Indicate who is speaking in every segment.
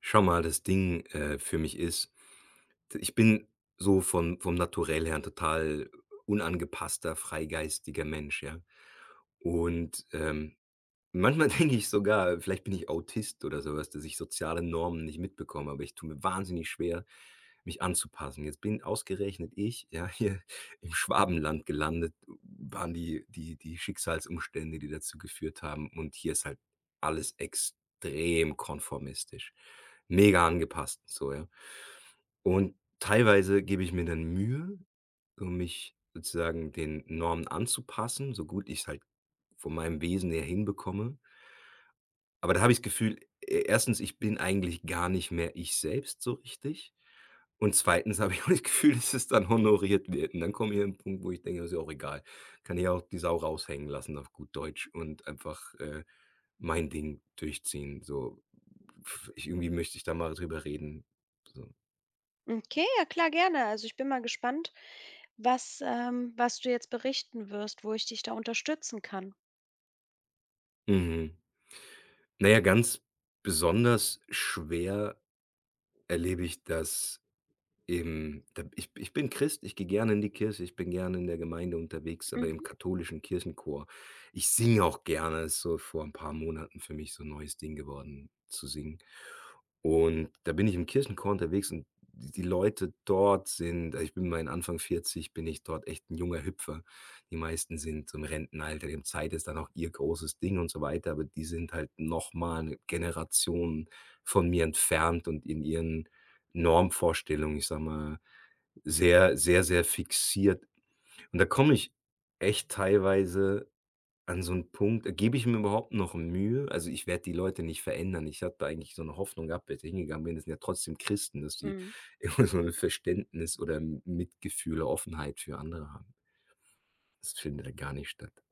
Speaker 1: Schau mal, das Ding, für mich ist, ich bin so von vom Naturell her ein total unangepasster, freigeistiger Mensch, ja? Und, ähm, Manchmal denke ich sogar, vielleicht bin ich Autist oder sowas, dass ich soziale Normen nicht mitbekomme, aber ich tue mir wahnsinnig schwer, mich anzupassen. Jetzt bin ausgerechnet ich, ja, hier im Schwabenland gelandet, waren die Schicksalsumstände, die dazu geführt haben, und hier ist halt alles extrem konformistisch, mega angepasst, so, ja. Und teilweise gebe ich mir dann Mühe, um mich sozusagen den Normen anzupassen, so gut ich's halt von meinem Wesen her hinbekomme. Aber da habe ich das Gefühl, e erstens, ich bin eigentlich gar nicht mehr ich selbst so richtig, und zweitens habe ich auch das Gefühl, dass es dann honoriert wird, und dann komme ich an 'n Punkt, wo ich denke: „Ist ja auch egal. Kann ich auch die Sau raushängen lassen auf gut Deutsch und einfach, mein Ding durchziehen“, so. Pf, Ich irgendwie möchte ich da mal drüber reden, so.
Speaker 2: Okay, ja klar, gerne. Also ich bin mal gespannt, was, was du jetzt berichten wirst, wo ich dich da unterstützen kann.
Speaker 1: Mhm. Na ja, ganz besonders schwer erlebe ich das Im da ich ich bin Christ, ich gehe gerne in die Kirche, ich bin gerne in der Gemeinde unterwegs, aber im
Speaker 2: Mhm.
Speaker 1: katholischen Kirchenchor. Ich singe auch gerne, ist so vor ein paar Monaten für mich so 'n neues Ding geworden, zu singen. Und da bin ich im Kirchenchor unterwegs, und die Leute dort sind also, ich bin mein Anfang 40, bin ich dort echt ein junger Hüpfer. Die meisten sind so im Rentenalter, dem Zeit, ist dann auch ihr großes Ding und so weiter, aber die sind halt nochmal eine Generation von mir entfernt und in ihren Normvorstellung, ich sage mal, sehr, sehr, sehr fixiert. Und da komme ich echt teilweise an so 'n Punkt, gebe ich mir überhaupt noch Mühe? Also, ich werde die Leute nicht verändern. Ich hatte eigentlich so 'ne Hoffnung gehabt, als ich hingegangen bin, das sind ja trotzdem Christen, dass die
Speaker 2: Mhm.
Speaker 1: irgendwie so 'n Verständnis oder M Mitgefühl, Offenheit für andere haben. Das findet ja gar nicht statt.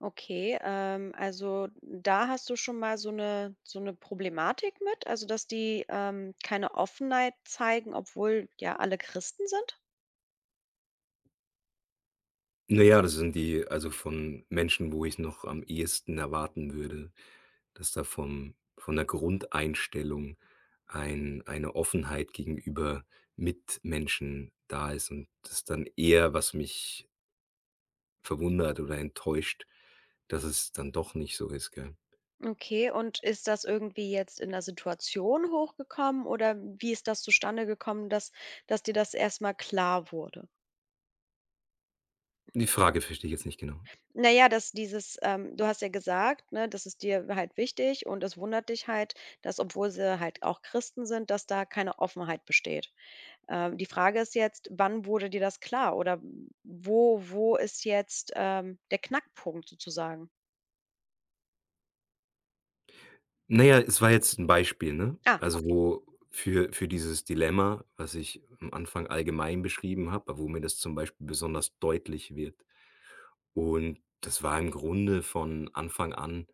Speaker 2: Okay, also da hast du schon mal so eine Problematik mit, also dass die keine Offenheit zeigen, obwohl ja alle Christen sind.
Speaker 1: Na ja, das sind die also, von Menschen, wo ich noch am ehesten erwarten würde, dass da vom von der Grundeinstellung eine Offenheit gegenüber Mitmenschen da ist, und das dann eher, was mich verwundert oder enttäuscht, dass es dann doch nicht so ist, gell?
Speaker 2: Okay, und ist das irgendwie jetzt in der Situation hochgekommen oder wie ist das zustande gekommen, dass dir das erstmal klar wurde?
Speaker 1: Die Frage verstehe ich jetzt nicht genau.
Speaker 2: Na ja, dass dieses, du hast ja gesagt, ne, das ist dir halt wichtig und es wundert dich halt, dass, obwohl sie halt auch Christen sind, dass da keine Offenheit besteht. Die Frage ist jetzt, wann wurde dir das klar oder wo ist jetzt, der Knackpunkt sozusagen?
Speaker 1: Na ja, es war jetzt ein Beispiel, ne?
Speaker 2: Ah,
Speaker 1: Also, wo für dieses Dilemma, was ich am Anfang allgemein beschrieben habe, aber wo mir das zum Beispiel besonders deutlich wird. Und das war im Grunde von Anfang an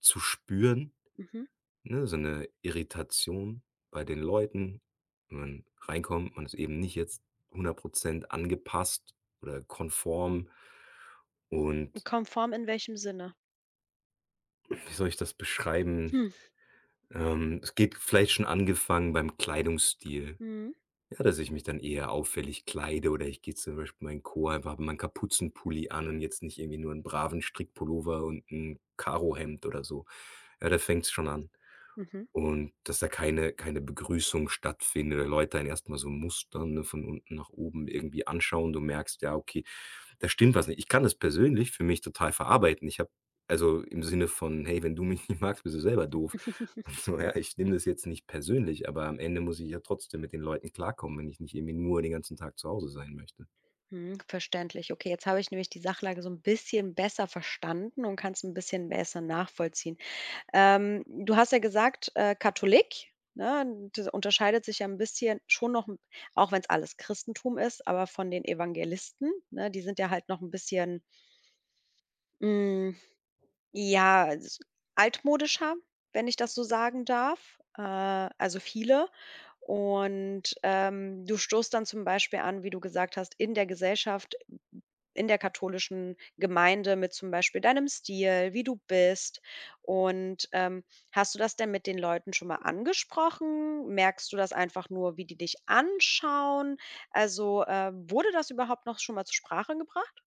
Speaker 1: zu spüren,
Speaker 2: mhm.
Speaker 1: ne, so eine Irritation bei den Leuten. Wenn man reinkommt, man ist eben nicht jetzt 100 angepasst oder konform. Und
Speaker 2: Konform in welchem Sinne?
Speaker 1: wie soll ich das beschreiben?
Speaker 2: Hm,
Speaker 1: Es geht vielleicht schon angefangen beim Kleidungsstil,
Speaker 2: mhm,
Speaker 1: ja, dass ich mich dann eher auffällig kleide, oder ich gehe zum Beispiel in meinen Chor, einfach habe mal Kapuzenpulli an und jetzt nicht irgendwie nur einen braven Strickpullover und ein Karohemd oder so. Ja, da fängt's schon an.
Speaker 2: mhm,
Speaker 1: Und dass da keine Begrüßung stattfindet oder Leute einen erstmal so mustern, ne, von unten nach oben irgendwie anschauen. Du merkst, ja, okay, da stimmt was nicht. Ich kann das persönlich für mich total verarbeiten. Ich habe also im Sinne von: „Hey, wenn du mich nicht magst, bist du selber doof.“ Und so, ja, ich nehme das jetzt nicht persönlich, aber am Ende muss ich ja trotzdem mit den Leuten klarkommen, wenn ich nicht irgendwie nur den ganzen Tag zu Hause sein möchte.
Speaker 2: mhm, verständlich. Okay, jetzt habe ich nämlich die Sachlage so ein bisschen besser verstanden und kann es ein bisschen besser nachvollziehen. Du hast ja gesagt, Katholik, ne? Das unterscheidet sich ja ein bisschen schon noch 'n auch wenn es alles Christentum ist, aber von den Evangelisten, ne? Die sind ja halt noch ein bisschen, hm ja, s altmodischer, wenn ich das so sagen darf, also viele. Und, du stoßt dann zum Beispiel an, wie du gesagt hast, in der Gesellschaft, in der katholischen Gemeinde mit zum Beispiel deinem Stil, wie du bist. Und, hast du das denn mit den Leuten schon mal angesprochen? Merkst du das einfach nur, wie die dich anschauen? Also, wurde das überhaupt noch schon mal zur Sprache gebracht?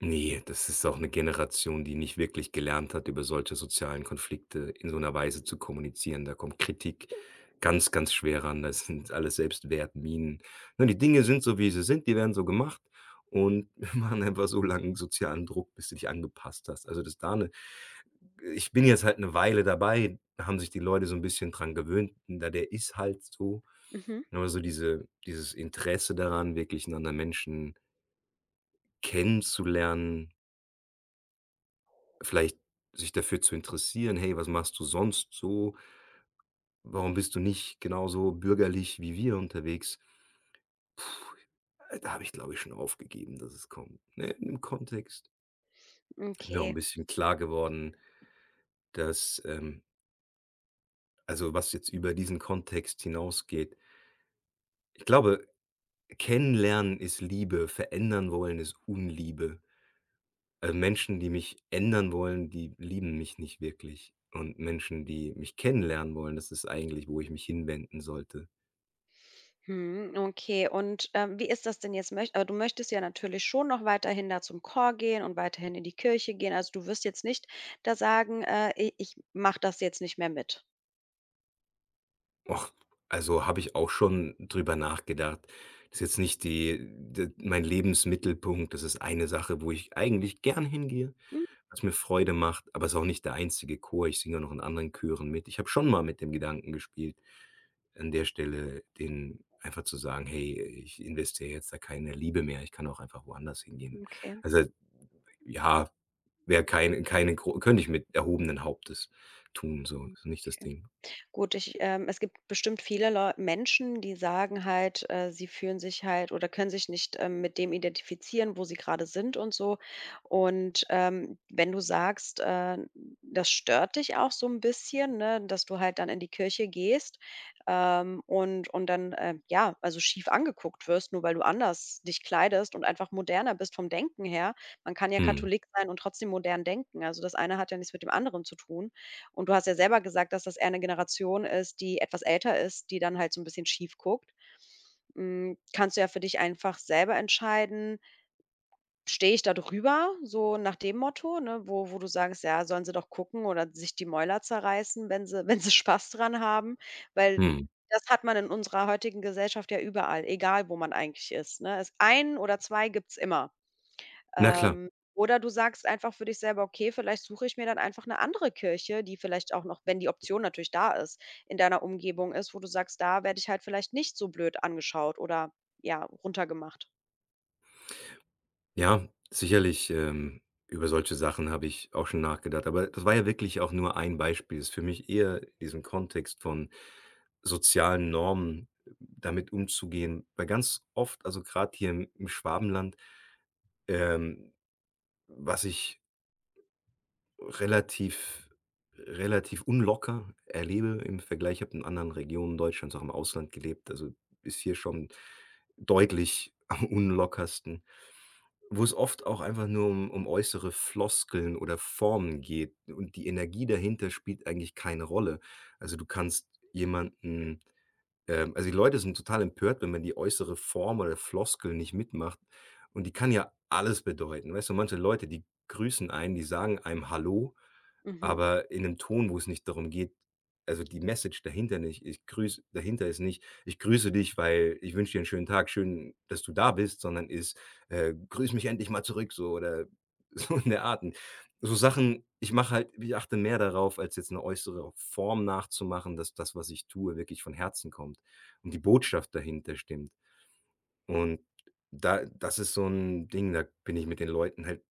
Speaker 1: Nee, das ist auch eine Generation, die nicht wirklich gelernt hat, über solche sozialen Konflikte in so einer Weise zu kommunizieren. Da kommt Kritik ganz, ganz schwer ran. Das sind alles Selbstwertminen. Ne, die Dinge sind so, wie sie sind, die werden so gemacht, und wir machen einfach so langen sozialen Druck, bis du dich angepasst hast. Also, dass da 'ne ich bin jetzt halt eine Weile dabei, da haben sich die Leute so ein bisschen dran gewöhnt. Da der ist halt so.
Speaker 2: Mhm,
Speaker 1: Aber so dieses Interesse daran, wirklich 'nen anderen Menschen kennenzulernen, vielleicht sich dafür zu interessieren: „Hey, was machst du sonst so? Warum bist du nicht genauso bürgerlich wie wir unterwegs?“ Da habe ich, glaube ich, schon aufgegeben, dass es kommt. Ne, im Kontext ist mir auch
Speaker 2: okay.
Speaker 1: ein bisschen klar geworden, dass, also, was jetzt über diesen Kontext hinausgeht. Ich glaube, kennenlernen ist Liebe, verändern wollen ist Unliebe. Menschen, die mich ändern wollen, die lieben mich nicht wirklich. Und Menschen, die mich kennenlernen wollen, das ist eigentlich, wo ich mich hinwenden sollte.
Speaker 2: Mhm, okay. Und, wie ist das denn jetzt? Möcht aber du möchtest ja natürlich schon noch weiterhin da zum Chor gehen und weiterhin in die Kirche gehen. Also, du wirst jetzt nicht da sagen: i ich mache das jetzt nicht mehr mit.“
Speaker 1: Och, also, habe ich auch schon drüber nachgedacht. Das ist jetzt nicht die d mein Lebensmittelpunkt. Das ist eine Sache, wo ich eigentlich gern hingehe,
Speaker 2: Hm,
Speaker 1: was mir Freude macht, aber es ist auch nicht der einzige Chor. Ich singe ja noch in anderen Chören mit. Ich habe schon mal mit dem Gedanken gespielt, an der Stelle den einfach zu sagen: „Hey, ich investiere jetzt da keine Liebe mehr. Ich kann auch einfach woanders hingehen.“
Speaker 2: okay.
Speaker 1: Also, ja, wäre kein keine gro könnte ich mit erhobenen Hauptes tun so.
Speaker 2: Mhm,
Speaker 1: Ist nicht das
Speaker 2: okay.
Speaker 1: Ding.
Speaker 2: Gut, ich es gibt bestimmt viele Leu Menschen, die sagen halt, sie fühlen sich halt oder können sich nicht, mit dem identifizieren, wo sie gerade sind und so. Und, wenn du sagst, das stört dich auch so ein bisschen, ne, dass du halt dann in die Kirche gehst, und dann, ja, also, schief angeguckt wirst, nur weil du anders dich kleidest und einfach moderner bist vom Denken her. Man kann ja
Speaker 1: Mhm,
Speaker 2: Katholik sein und trotzdem modern denken. Also, das eine hat ja nichts mit dem anderen zu tun. Und du hast ja selber gesagt, dass das eher eine Generation ist, die etwas älter ist, die dann halt so 'n bisschen schief guckt. Hm, kannst du ja für dich einfach selber entscheiden: „Stehe ich da drüber?“ So nach dem Motto, ne, wo du sagst: „Ja, sollen sie doch gucken oder sich die Mäuler zerreißen, wenn sie wenn sie Spaß dran haben.“ Weil
Speaker 1: mhm.
Speaker 2: das hat man in unserer heutigen Gesellschaft ja überall, egal wo man eigentlich ist, ne? Es einen oder 2 gibt's immer.
Speaker 1: Na klar.
Speaker 2: Oder du sagst einfach für dich selber: „Okay, vielleicht suche ich mir dann einfach eine andere Kirche“, die vielleicht auch noch wenn die Option natürlich da ist, in deiner Umgebung ist, wo du sagst: „Da werde ich halt vielleicht nicht so blöd angeschaut oder, ja, runtergemacht.“
Speaker 1: Ja, sicherlich, über solche Sachen habe ich auch schon nachgedacht, aber das war ja wirklich auch nur ein Beispiel. Ist für mich eher diesen Kontext von sozialen Normen, damit umzugehen, weil ganz oft, also gerade hier im Schwabenland, ähm, was ich relativ relativ unlocker erlebe im Vergleich, ich habe in anderen Regionen Deutschlands, auch im Ausland gelebt, also ist hier schon deutlich am unlockersten. Wo es oft auch einfach nur um äußere Floskeln oder Formen geht, und die Energie dahinter spielt eigentlich keine Rolle. Also, du kannst jemanden also, die Leute sind total empört, wenn man die äußere Form oder Floskel nicht mitmacht, und die kann ja alles bedeuten. Weißt du, manche Leute, die grüßen einen, die sagen einem „Hallo“,
Speaker 2: Mhm.
Speaker 1: aber in einem Ton, wo es nicht darum geht, also, die Message dahinter nicht ich grüße, dahinter ist nicht: „Ich grüße dich, weil ich wünsche dir einen schönen Tag, schön, dass du da bist“, sondern ist, „Grüß mich endlich mal zurück“, so oder so in der Art. Und so Sachen ich mache halt ich achte mehr darauf, als jetzt eine äußere Form nachzumachen, dass das, was ich tue, wirklich von Herzen kommt und die Botschaft dahinter stimmt. Und da das ist so ein Ding, da bin ich mit den Leuten halt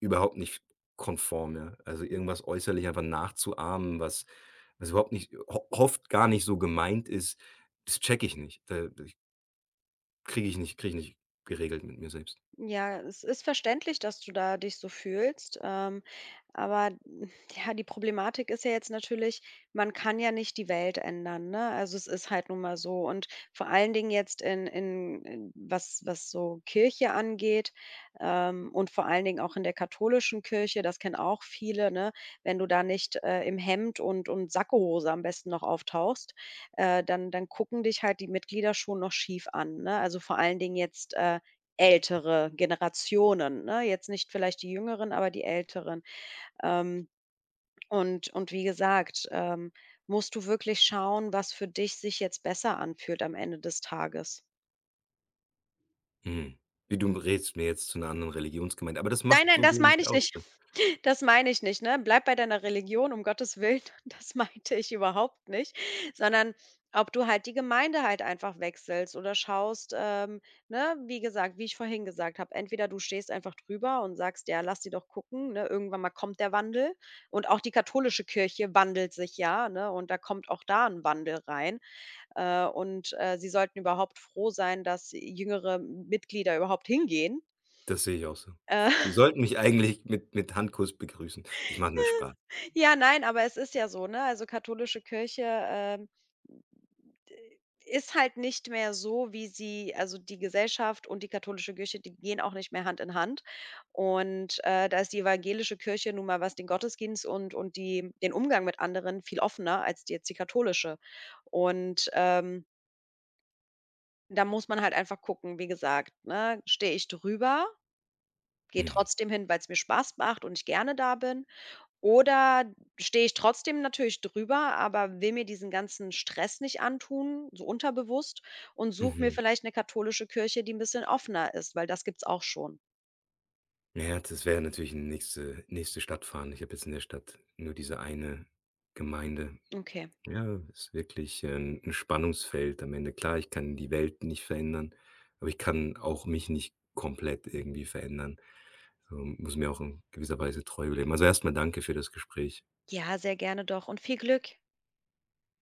Speaker 1: überhaupt nicht konform, ja. Also, irgendwas äußerlich einfach nachzuahmen, was überhaupt nicht ho oft gar nicht so gemeint ist, das checke ich nicht. Da kriege ich nicht geregelt mit mir selbst.
Speaker 2: Ja, es ist verständlich, dass du da dich so fühlst. Aber ja, die Problematik ist ja jetzt natürlich, man kann ja nicht die Welt ändern, ne? Also es ist halt nun mal so. Und vor allen Dingen jetzt in was, was so Kirche angeht, und vor allen Dingen auch in der katholischen Kirche, das kennen auch viele, ne? Wenn du da nicht im Hemd und Sakkohose am besten noch auftauchst, dann gucken dich halt die Mitglieder schon noch schief an, ne? Also vor allen Dingen jetzt ältere Generationen, ne? Jetzt nicht vielleicht die Jüngeren, aber die Älteren. Ähm, und wie gesagt, musst du wirklich schauen, was für dich sich jetzt besser anfühlt am Ende des Tages.
Speaker 1: Mhm. Wie du redest mir jetzt zu einer anderen Religionsgemeinde, aber das
Speaker 2: Nein,
Speaker 1: macht
Speaker 2: nein,
Speaker 1: so
Speaker 2: das
Speaker 1: wenig
Speaker 2: meine ich
Speaker 1: aus,
Speaker 2: nicht.
Speaker 1: so.
Speaker 2: Das meine ich nicht, ne? Bleib bei deiner Religion, um Gottes Willen. Das meinte ich überhaupt nicht, sondern ob du halt die Gemeinde halt einfach wechselst oder schaust, ne, wie gesagt, wie ich vorhin gesagt habe, entweder du stehst einfach drüber und sagst: „Ja, lass die doch gucken, ne, irgendwann mal kommt der Wandel.“ Und auch die katholische Kirche wandelt sich ja, ne, und da kommt auch da ein Wandel rein. Sie sollten überhaupt froh sein, dass jüngere Mitglieder überhaupt hingehen.
Speaker 1: Das sehe ich auch so.
Speaker 2: Äh
Speaker 1: Die sollten mich eigentlich mit Handkuss begrüßen. Ich mache nur Spaß.
Speaker 2: Ja, nein, aber es ist ja so, ne? Also, katholische Kirche, d ist halt nicht mehr so, wie sie also, die Gesellschaft und die katholische Kirche, die gehen auch nicht mehr Hand in Hand. Und, da ist die evangelische Kirche nun mal, was den Gottesdienst und die den Umgang mit anderen viel offener als die jetzt die katholische. Und, da muss man halt einfach gucken, wie gesagt, ne? Stehe ich drüber, gehe
Speaker 1: Mhm.
Speaker 2: trotzdem hin, weil es mir Spaß macht und ich gerne da bin oder stehe ich trotzdem natürlich drüber, aber will mir diesen ganzen Stress nicht antun, so unterbewusst und suche mir
Speaker 1: Mhm.
Speaker 2: vielleicht eine katholische Kirche, die ein bisschen offener ist, weil das gibt's auch schon.
Speaker 1: Na ja, das wäre natürlich 'ne nächste Stadt fahren. Ich habe jetzt in der Stadt nur diese eine Gemeinde.
Speaker 2: Okay.
Speaker 1: Ja, ist wirklich, 'n Spannungsfeld am Ende. Klar, ich kann die Welt nicht verändern, aber ich kann auch mich nicht komplett irgendwie verändern. So, muss mir auch in gewisser Weise treu bleiben. Also, erstmal danke für das Gespräch.
Speaker 2: Ja, sehr gerne doch und viel Glück.